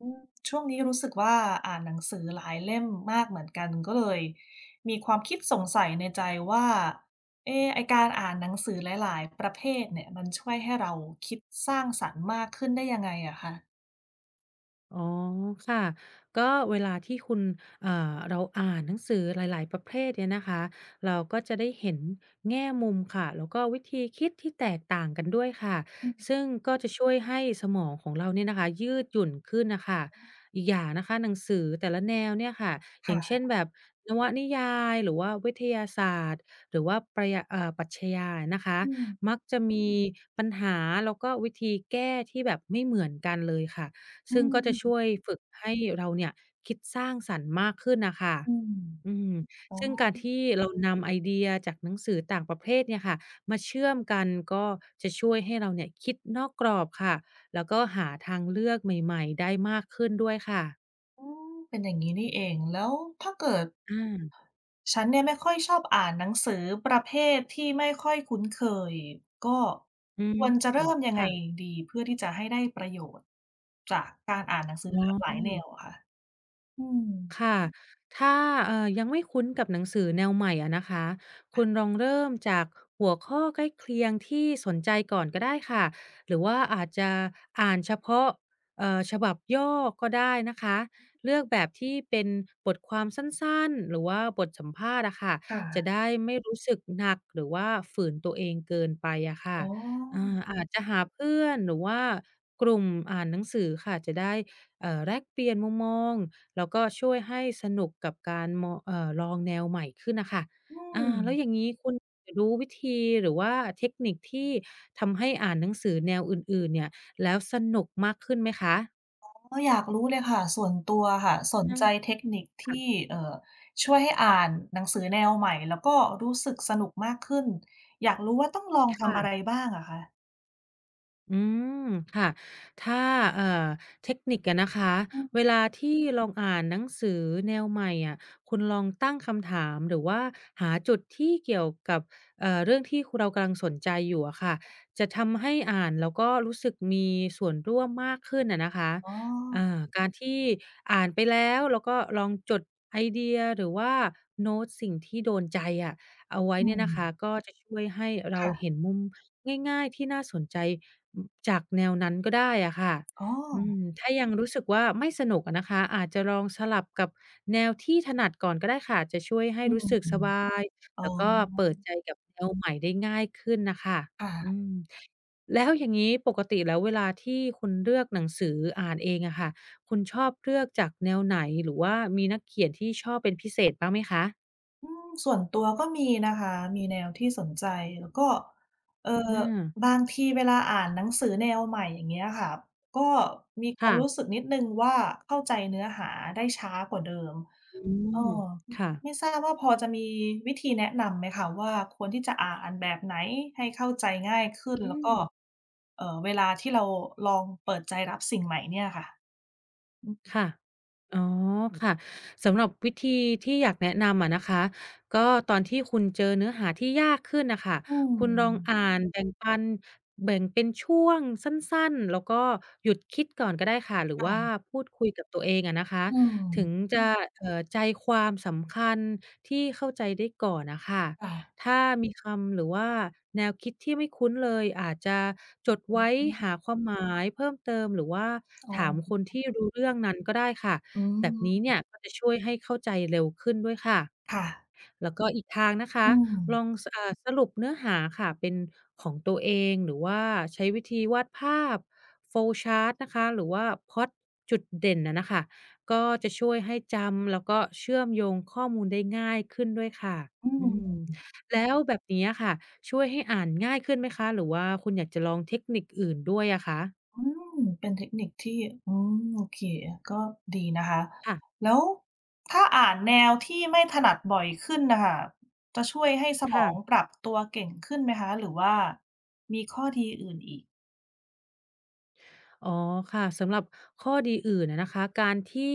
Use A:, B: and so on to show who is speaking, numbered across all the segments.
A: อืมช่วงนี้รู้สึกว่าอ่านหนังสือหลายเล่มมากเหมือนกันก็เลยมีความคิดสงสัยในใจว่าเอ๊ะไอ้การอ่านหนังสือหลายๆประเภทเนี่ยมันช่วยให้เราคิดสร้างสรรค์มากขึ้นได้ยังไงอะคะ
B: อ๋อค่ะก็เวลาที่คุณเอ่เราอ่านหนังสือหลายๆ ประเภทเนี่ยนะคะเราก็จะได้เห็นแง่มุมค่ะแล้วก็วิธีคิดที่แตกต่างกันด้วยค่ะ
A: อืม
B: ซึ่งก็จะช่วยให้สมองของเราเนี่ยนะคะยืดหยุ่นขึ้นนะคะอีกอย่างนะคะหนังสือแต่ละแนวเนี่ยค่ะอย่าง
A: ค่ะ
B: เช่นแบบนวนิยายหรือว่าวิทยาศาสตร์หรือว่าประยะเอ่อปรัชญานะคะ
A: อืม
B: มักจะมีปัญหาแล้วก็วิธีแก้ที่แบบไม่เหมือนกันเลยค่ะ
A: อื
B: ซึ่งก็จะช่วย
A: ม
B: ฝึกให้เราเนี่ยคิดสร้างสรรค์มากขึ้นน่ะค่ะ
A: อืม
B: อืม
A: อ๋อ
B: ซึ่งการที่เรานำไอเดียจากหนังสือต่างประเภทเนี่ยค่ะมาเชื่อมกันก็จะช่วยให้เราเนี่ยคิดนอกกรอบค่ะแล้วก็หาทางเลือกใหม่ๆได้มากขึ้นด้วยค่ะ
A: อืมเป็นอย่างงี้นี่เองแล้วถ้าเกิด
B: อา
A: ฉันเนี่ยไม่ค่อยชอบอ่านหนังสือประเภทที่ไม่ค่อยคุ้นเคยก็
B: อื
A: ค
B: ม
A: วรจะเริ่มยังไง
B: ค่ะ
A: ดีเพื่อที่จะให้ได้ประโยชน์จากการอ่านหนังสือ
B: อ๋
A: ห
B: อ
A: ลากหลายแนวอะค่ะอืม
B: ค่ะถ้ายังไม่คุ้นกับหนังสือแนวใหม่อะนะคะคุณลองเริ่มจากหัวข้อใกล้เคียงที่สนใจก่อนก็ได้ค่ะหรือว่าอาจจะอ่านเฉพาะฉบับย่อก็ได้นะคะเลือกแบบที่เป็นบทความสั้นๆหรือว่าบทสัมภาษณ์อะค่ะจะ
A: ค่ะ
B: ได้ไม่รู้สึกหนักหรือว่าฝืนตัวเองเกินไปอะ
A: อ๋
B: ค่ะ
A: อ
B: อาอาจจะหาเพื่อนหรือว่ากลุ่มอ่านหนังสือค่ะจะได้แลกเปลี่ยนมุมมอง แล้วก็ช่วยให้สนุกกับการมอเอ่อลองแนวใหม่ขึ้นน่ะค่ะ
A: อื
B: อา
A: ม
B: แล้วอย่างงี้คุณรู้วิธีหรือว่าเทคนิคที่ทำให้อ่านหนังสือแนวอื่นๆเนี่ยแล้วสนุกมากขึ้นไหมคะ
A: ก็อยากรู้เลยค่ะส่วนตัวค่ะสน
B: อา
A: ใจเทคนิคที่
B: ค่ะ
A: ช่วยให้อ่านหนังสือแนวใหม่แล้วก็รู้สึกสนุกมากขึ้นอยากรู้ว่าต้องลองทำอะไร
B: ค่ะ
A: บ้างอะคะ
B: อืมค่ะถ้าเอ่อเทคนิคอะนะคะ
A: อื
B: เว
A: ม
B: ลาที่ลองอ่านหนังสือแนวใหม่อะคุณลองตั้งคำถามหรือว่าหาจุดที่เกี่ยวกับเรื่องที่คเรากำลังสนใจอยู่อะค่ะจะทำให้อ่านแล้วก็รู้สึกมีส่วนร่วมมากขึ้นอะนะคะ
A: อ๋อ
B: อ่าการที่อ่านไปแล้วแล้วก็ลองจดไอเดียหรือว่าโน้ตสิ่งที่โดนใจอะเอาไว้
A: อื
B: เนี่ย
A: ม
B: นะคะก็จะช่วยให้เราเห็
A: ค่ะ
B: นมุม ง่ายๆที่น่าสนใจอมจากแนวนั้นก็ได้อะค่ะ
A: อ๋อ
B: อืมถ้ายังรู้สึกว่าไม่สนุกอะนะคะอาจจะลองสลับกับแนวที่ถนัดก่อนก็ได้ค่ะจะช่วยให้
A: อื
B: รู้สึกส
A: ม
B: บาย
A: อ๋อ
B: แล้วก็เปิดใจกับแนวใหม่ได้ง่ายขึ้นน่ะค่ะอื
A: ค่ะ
B: ม แล้วอย่างงี้ปกติแล้วเวลาที่คุณเลือกหนังสืออ่านเองอะค่ะคุณชอบเลือกจากแนวไหนหรือว่ามีนักเขียนที่ชอบเป็นพิเศษบ้างไหมคะ
A: อืมส่วนตัวก็มีนะคะมีแนวที่สนใจแล้วก็เอ่อ
B: อา
A: บางทีเวลาอ่านหนังสือแนวใหม่อย่างเงี้ยค่ะก็มีความรู้สึ
B: ค่ะ
A: กนิดหนึ่งว่าเข้าใจเนื้อหาได้ช้ากว่าเดิม
B: อื
A: เออ
B: ม
A: อ
B: ค่ะ
A: ไม่ทราบว่าพอจะมีวิธีแนะนำไหมคะว่าควรที่จะอ่านแบบไหนให้เข้าใจง่ายขึ้น
B: อื
A: แล้ว
B: ม
A: ก็เวลาที่เราลองเปิดใจรับสิ่งใหม่เนี่ยค่ะ
B: ค่ะ อ๋อค่ะ สำหรับวิธีที่อยากแนะนำอะนะคะ ก็ตอนที่คุณเจอเนื้อหาที่ยากขึ้นน่ะค่ะ
A: อืม
B: คุณลองอ่านแบ่งปันแบ่งเป็นช่วงสั้นๆ แล้วก็หยุดคิดก่อนก็ได้ค่ะ หรือว่า
A: ค่ะ
B: พูดคุยกับตัวเองอะนะคะ
A: อืม
B: ถึงจะใจความสำคัญที่เข้าใจได้ก่อนน่ะค่ะ
A: ค่ะ
B: ถ้ามีคำหรือว่าแนวคิดที่ไม่คุ้นเลยอาจจะจด
A: อือ
B: ไว้
A: ฮึ
B: หาความหมายเพิ่มเติมหรือว่า
A: อ๋
B: ถามค
A: อ
B: นที่รู้เรื่องนั้นก็ได้ค่ะ
A: อื
B: แบบนี้
A: ม
B: เนี่ยก็จะช่วยให้เข้าใจเร็วขึ้นด้วยค่ะ
A: ค่ะ
B: แล้วก็อีกทางนะคะ
A: อืม
B: ลองสอ่าสรุปเนื้อหาค่ะเป็นของตัวเองหรือว่าใช้วิธีวาดภาพ flowchart นะคะหรือว่าพล็อตจุดเด่นน่ะค่ะก็จะช่วยให้จำแล้วก็เชื่อมโยงข้อมูลได้ง่ายขึ้นด้วยค่ะ
A: อื
B: อืม
A: ม
B: แล้วแบบนี้อะค่ะช่วยให้อ่านง่ายขึ้นไหมคะหรือว่าคุณอยากจะลองเทคนิคอื่นด้วยอะคะ
A: อืมเป็นเทคนิคที่อืมโอเคก็ดีนะคะ
B: ค่ะ
A: แล้วถ้าอ่านแนวที่ไม่ถนัดบ่อยขึ้นน่ะค่ะจะช่วยให้สมองป
B: ค่ะ
A: รับตัวเก่งขึ้นไหมคะหรือว่ามีข้อดีอื่นอีก
B: อ๋อค่ะสำหรับข้อดีอื่นนะคะการที่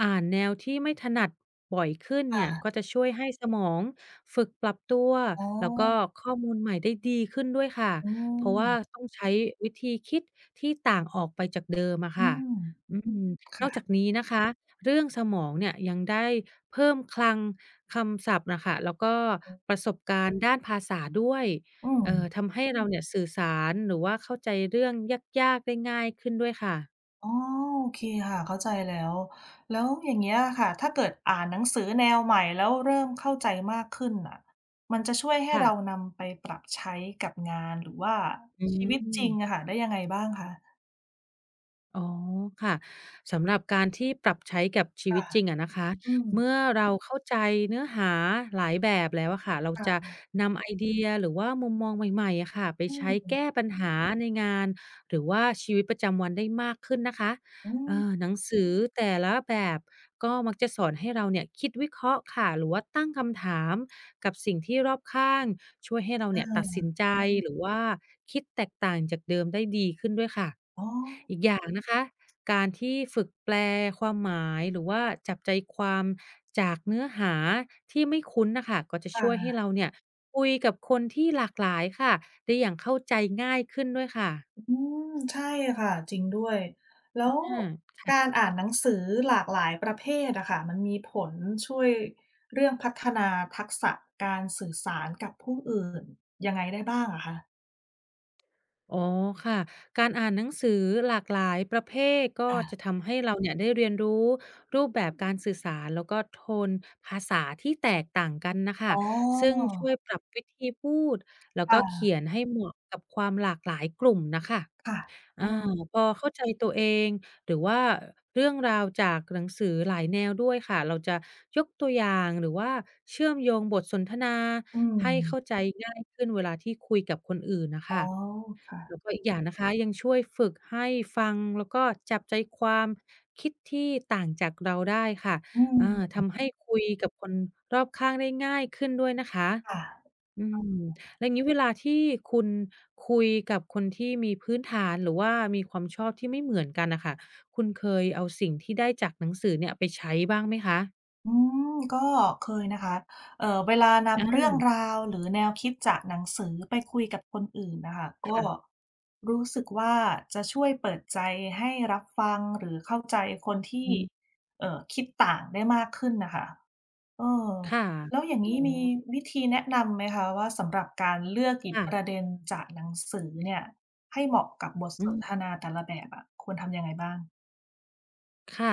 B: อ่านแนวที่ไม่ถนัดบ่อยขึ้นเนี่ยก็
A: ค่ะ
B: จะช่วยให้สมองฝึกปรับตัว
A: อ๋อ
B: แล้วก็ข้อมูลใหม่ได้ดีขึ้นด้วยค่ะ
A: อื
B: เพ
A: ม
B: ราะว่าต้องใช้วิธีคิดที่ต่างออกไปจากเดิมอะ
A: อื
B: ค่ะ
A: ม
B: อืมนอกจาก
A: ค่ะ
B: นี้นะคะเรื่องสมองเนี่ยยังได้เพิ่มคลังคำศัพท์นะคะแล้วก็ประสบการณ์ด้านภาษาด้วย
A: อืม
B: ทำให้เราเนี่ยสื่อสารหรือว่าเข้าใจเรื่องยากๆได้ง่ายขึ้นด้วยค่ะ
A: อ๋อโอเคค่ะเข้าใจแล้ว แล้วอย่างเงี้ยค่ะถ้าเกิดอ่านหนังสือแนวใหม่แล้วเริ่มเข้าใจมากขึ้นน่ะมันจะช่วยให้
B: ค่ะ
A: เรานำไปปรับใช้กับงานหรือว่า
B: อื
A: ชีวิตจริงอะ
B: ม
A: ค่ะได้ยังไงบ้างคะ
B: อ๋อค่ะสำหรับการที่ปรับใช้กับชีวิ
A: ค่ะ
B: ตจริงอะนะคะ
A: อืม
B: เมื่อเราเข้าใจเนื้อหาหลายแบบแล้วอะค่ะเราจะ
A: ค่ะ
B: นำไอเดียหรือว่ามุมมองใหม่ๆอะค่ะไป
A: อื
B: ใช้
A: ม
B: แก้ปัญหาในงานหรือว่าชีวิตประจำวันได้มากขึ้นนะคะ
A: อืม
B: หนังสือแต่ละแบบก็มักจะสอนให้เราเนี่ยคิดวิเคราะห์ค่ะหรือว่าตั้งคำถามกับสิ่งที่รอบข้างช่วยให้เราเนี่ยตัด
A: เออ
B: สินใจหรือว่าคิดแตกต่างจากเดิมได้ดีขึ้นด้วยค่ะ
A: อ๋อ
B: อีกอย่างนะคะการที่ฝึกแปลความหมายหรือว่าจับใจความจากเนื้อหาที่ไม่คุ้นนะคะก็จะช่วยให้
A: ค่ะ
B: เราเนี่ยคุยกับคนที่หลากหลายค่ะได้อย่างเข้าใจง่ายขึ้นด้วยค่ะ
A: อืมใช่ค่ะจริงด้วยแล้ว
B: อา
A: การอ่านหนังสือหลากหลายประเภทอะค่ะมันมีผลช่วยเรื่องพัฒนาทักษะการสื่อสารกับผู้อื่นยังไงได้บ้างอะคะ
B: อ๋อค่ะการอ่านหนังสือหลากหลายประเภทก็จะ
A: ค่ะ
B: ทำให้เราเนี่ยได้เรียนรู้รูปแบบการสื่อสารแล้วก็โทนภาษาที่แตกต่างกันนะ
A: อ๋
B: คะซึ่ง
A: อ
B: ช่วยปรับวิธีพูดแล้วก็
A: ค่ะ
B: เขียนให้เหมาะกับความหลากหลายกลุ่มนะคะ
A: ค่ะอื
B: อา
A: ม
B: พอเข้าใจตัวเองหรือว่าเรื่องราวจากหนังสือหลายแนวด้วยค่ะเราจะยกตัวอย่างหรือว่าเชื่อมโยงบทสนทนา
A: อืม
B: ให้เข้าใจง่ายขึ้นเวลาที่คุยกับคนอื่นน่ะ
A: อ๋อ
B: ค่ะ
A: ค่ะ
B: แล้วก็อีกอย่างนะคะยังช่วยฝึกให้ฟังแล้วก็จับใจความคิดที่ต่างจากเราได้ค่ะ
A: อื
B: อา
A: ม
B: ทำให้คุยกับคนรอบข้างได้ง่ายขึ้นด้วยนะคะ
A: ค่ะ
B: อืมแล้วอย่างงี้เวลาที่คุณคุยกับคนที่มีพื้นฐานหรือว่ามีความชอบที่ไม่เหมือนกันน่ะค่ะคุณเคยเอาสิ่งที่ได้จากหนังสือเนี่ยไปใช้บ้างไหมคะ
A: อืมก็เคยนะคะเวลานำ
B: อา
A: เรื่องราวหรือแนวคิดจากหนังสือไปคุยกับคนอื่นน่ะค่ะก็
B: ค่ะ
A: รู้สึกว่าจะช่วยเปิดใจให้รับฟังหรือเข้าใจคนที่
B: อืม
A: คิดต่างได้มากขึ้นน่ะค่ะเออ
B: ค่ะ
A: แล้วอย่าง
B: อ๋อ
A: งี้มีวิธีแนะนำไหมคะว่าสำหรับการเลือกหยิบ
B: ค่ะ
A: ประเด็นจากหนังสือเนี่ยให้เหมาะกับบทส
B: อื
A: นท
B: ม
A: นาแต่ละแบบอะควรทำยังไงบ้าง
B: ค่ะ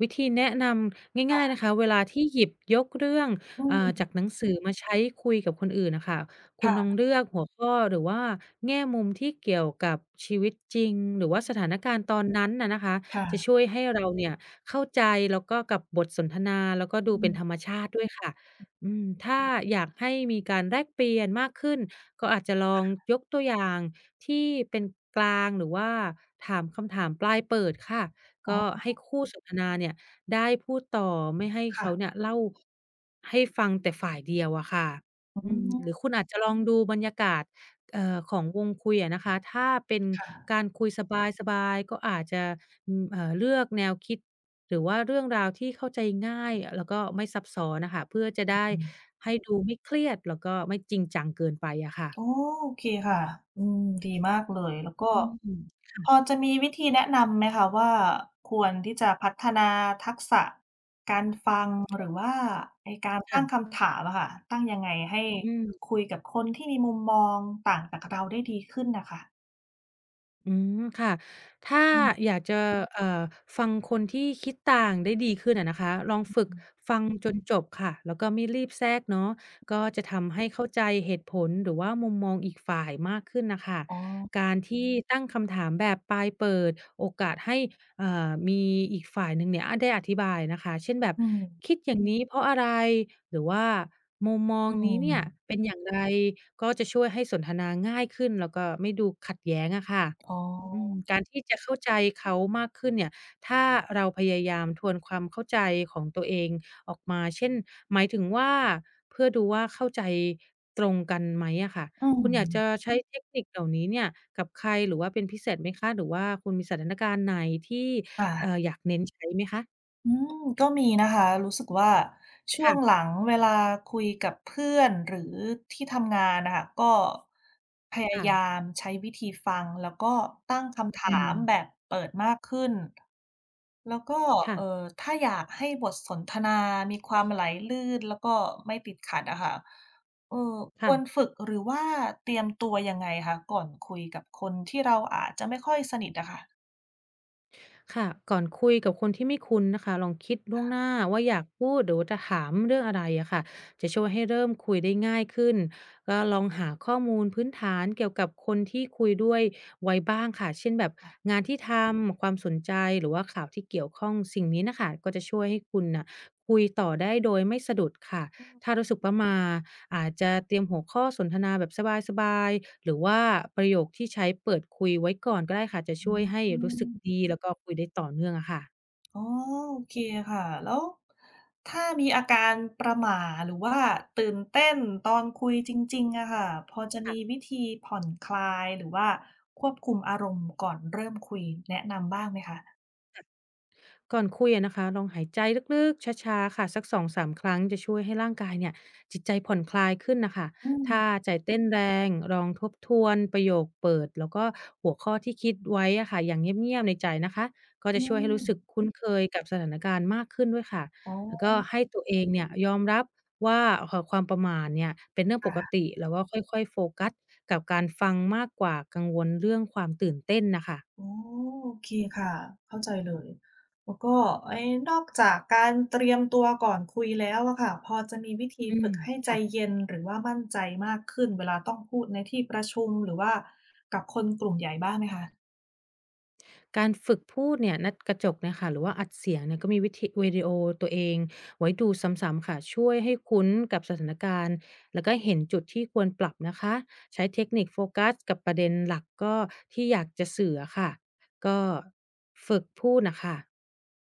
B: วิธีแนะนำง่ายๆ
A: ค่ะ
B: นะคะเวลาที่หยิบยกเรื่อง
A: อื
B: จาก
A: ม
B: หนังสือมาใช้คุยกับคนอื่นนะคะคุณลองเลือกหัวข้อหรือว่าแง่มุมที่เกี่ยวกับชีวิตจริงหรือว่าสถานการณ์ตอนนั้นนะคะ
A: ค่ะๆ
B: จะช่วยให้เราเนี่ยเข้าใจแล้วก็กับบทสนทนาแล้วก็ดู
A: อื
B: เป็นธรร
A: ม
B: มชาติด้วยค่ะอืมถ้าอยากให้มีการแลกเปลี่ยนมากขึ้นก็อาจจะลองยกตัวอย่างที่เป็นกลางหรือว่าถามคำถามปลายเปิดค่ะ
A: อ๋อ
B: ก็ให้คู่สนทนาเนี่ยได้พูดต่อไม่ให้
A: ค่ะ
B: เขาเนี่ยเล่าให้ฟังแต่ฝ่ายเดียวอะค่ะ
A: อื
B: อืมหรือ
A: ม
B: คุณอาจจะลองดูบรรยากาศของวงคุยอะนะคะถ้าเป็นกา
A: ค่ะ
B: รคุยสบายๆก็อาจจะอืมเลือกแนวคิดหรือว่าเรื่องราวที่เข้าใจง่ายแล้วก็ไม่ซับซ้อนน่ะค่ะเพื่อจะได้
A: อืม
B: ให้ดูไม่เครียดแล้วก็ไม่จริงจังเกินไปอะค่ะ
A: อ๋อโอเคค่ะอืมดีมากเลย แล้วก็
B: อืม
A: พอจะมีวิธีแนะนำไหมคะว่าควรที่จะพัฒนาทักษะการฟังหรือว่าไอ้การตั้ง
B: ค่ะ
A: คำถามอะค่ะตั้งยังไงให้
B: อืม
A: คุยกับคนที่มีมุมมองต่างจากเราได้ดีขึ้นน่ะค่ะ
B: อืมค่ะถ้า
A: อื
B: อ
A: ม
B: ยากจะเอ่อฟังคนที่คิดต่างได้ดีขึ้นอะนะคะลองฝึกฟังจนจบค่ะแล้วก็ไม่รีบแทรกเนาะก็จะทำให้เข้าใจเหตุผลหรือว่ามุมมองอีกฝ่ายมากขึ้นน่ะค่ะ
A: อ๋อ
B: การที่ตั้งคำถามแบบปลายเปิดโอกาสให้มีอีกฝ่ายหนึ่งเนี่ยอาได้อธิบายนะคะเช่นแบบ
A: อืม
B: คิดอย่างนี้เพราะอะไรหรือว่ามุมมอ
A: อื
B: งนี้
A: ม
B: เนี่ยเป็นอย่างไรก็จะช่วยให้สนทนาง่ายขึ้นแล้วก็ไม่ดูขัดแย้งอะค่ะ
A: อ๋
B: อื
A: อ
B: มการที่จะเข้าใจเขามากขึ้นเนี่ยถ้าเราพยายามทวนความเข้าใจของตัวเองออกมาเช่นหมายถึงว่าเพื่อดูว่าเข้าใจตรงกันไหมอะค่ะ
A: อืม
B: คุณอยากจะใช้เทคนิคเหล่านี้เนี่ยกับใครหรือว่าเป็นพิเศษไหมคะหรือว่าคุณมีสถานการณ์ไหนที่
A: ค่ะ
B: อยากเน้นใช้ไหมคะ
A: อืมก็มีนะคะรู้สึกว่าช่วงห
B: ค่ะ
A: ลังเวลาคุยกับเพื่อนหรือที่ทำงานนะคะก็พยา
B: ค่ะ
A: ยามใช้วิธีฟังแล้วก็ตั้งคำ
B: อื
A: ถา
B: ม
A: มแบบเปิดมากขึ้นแล้วก็
B: ค่ะ
A: ถ้าอยากให้บทสนทนามีความไหลลื่นแล้วก็ไม่ติดขัดอะค่ะเออค
B: ค่ะ
A: วรฝึกหรือว่าเตรียมตัวยังไงคะก่อนคุยกับคนที่เราอาจจะไม่ค่อยสนิทอะค่ะ
B: ค่ะก่อนคุยกับคนที่ไม่คุ้นนะคะลองคิดล่วงหน้าว่าอยากพูดหรือว่าจะถามเรื่องอะไรอะค่ะจะช่วยให้เริ่มคุยได้ง่ายขึ้นก็ลองหาข้อมูลพื้นฐานเกี่ยวกับคนที่คุยด้วยไว้บ้างค่ะเช่นแบบงานที่ทำความสนใจหรือว่าข่าวที่เกี่ยวข้องสิ่งนี้นะคะก็จะช่วยให้คุณน่ะคุยต่อได้โดยไม่สะดุดค่ะถ้ารู้สึกประหมา อาจจะเตรียมหัวข้อสนทนาแบบสบายๆ หรือว่าประโยคที่ใช้เปิดคุยไว้ก่อนก็ได้ค่ะจะ
A: อ
B: ช่วยให้
A: ื
B: รู้สึก
A: ม
B: ดีแล้วก็คุยได้ต่อเนื่องอะค่ะ
A: อ๋อโอเคค่ะแล้วถ้ามีอาการประหม่าหรือว่าตื่นเต้นตอนคุยจริงๆอะค่ะพอจะมี
B: ค่ะ
A: วิธีผ่อนคลายหรือว่าควบคุมอารมณ์ก่อนเริ่มคุยแนะนำบ้างไหมคะ
B: ก่อนคุยอะนะคะลองหายใจลึกๆช้าๆค่ะสัก2-3ครั้งจะช่วยให้ร่างกายเนี่ยจิตใจผ่อนคลายขึ้นน่ะค่ะ
A: อืม
B: ถ้าใจเต้นแรงลองทบทวนประโยคเปิดแล้วก็หัวข้อที่คิดไว้อะค่ะอย่างเงียบๆในใจนะคะก็
A: อื
B: จะช่วยให้
A: ม
B: รู้สึกคุ้นเคยกับสถานการณ์มากขึ้นด้วยค่ะ
A: อ๋อ
B: แล้วก็ให้ตัวเองเนี่ยยอมรับว่าความประหม่าเนี่ยเป็นเรื่องปก
A: ค่ะ
B: ติแล้วก็ค่อยๆโฟกัสกับการฟังมากกว่ากังวลเรื่องความตื่นเต้นน่ะค่ะ
A: อ๋อโอเคค่ะเข้าใจเลยแล้วก็เอะนอกจากการเตรียมตัวก่อนคุยแล้วอะค่ะพอจะมีวิธี
B: อื
A: ฝึ
B: ม
A: กให้ใจ
B: ค่ะ
A: เย็นหรือว่ามั่นใจมากขึ้นเวลาต้องพูดในที่ประชุมหรือว่ากับคนกลุ่มใหญ่บ้างไหมคะ
B: การฝึกพูดเนี่ยนัดกระจกเนี่ยค่ะหรือว่าอัดเสียงเนี่ยก็มีวิธีวิดีโอตัวเองไว้ดูซ้ำๆค่ะช่วยให้คุ้นกับสถานการณ์แล้วก็เห็นจุดที่ควรปรับนะคะใช้เทคนิคโฟกัสกับประเด็นหลักก็ที่อยากจะสื่ออะค่ะก็ฝึกพูดน่ะค่ะ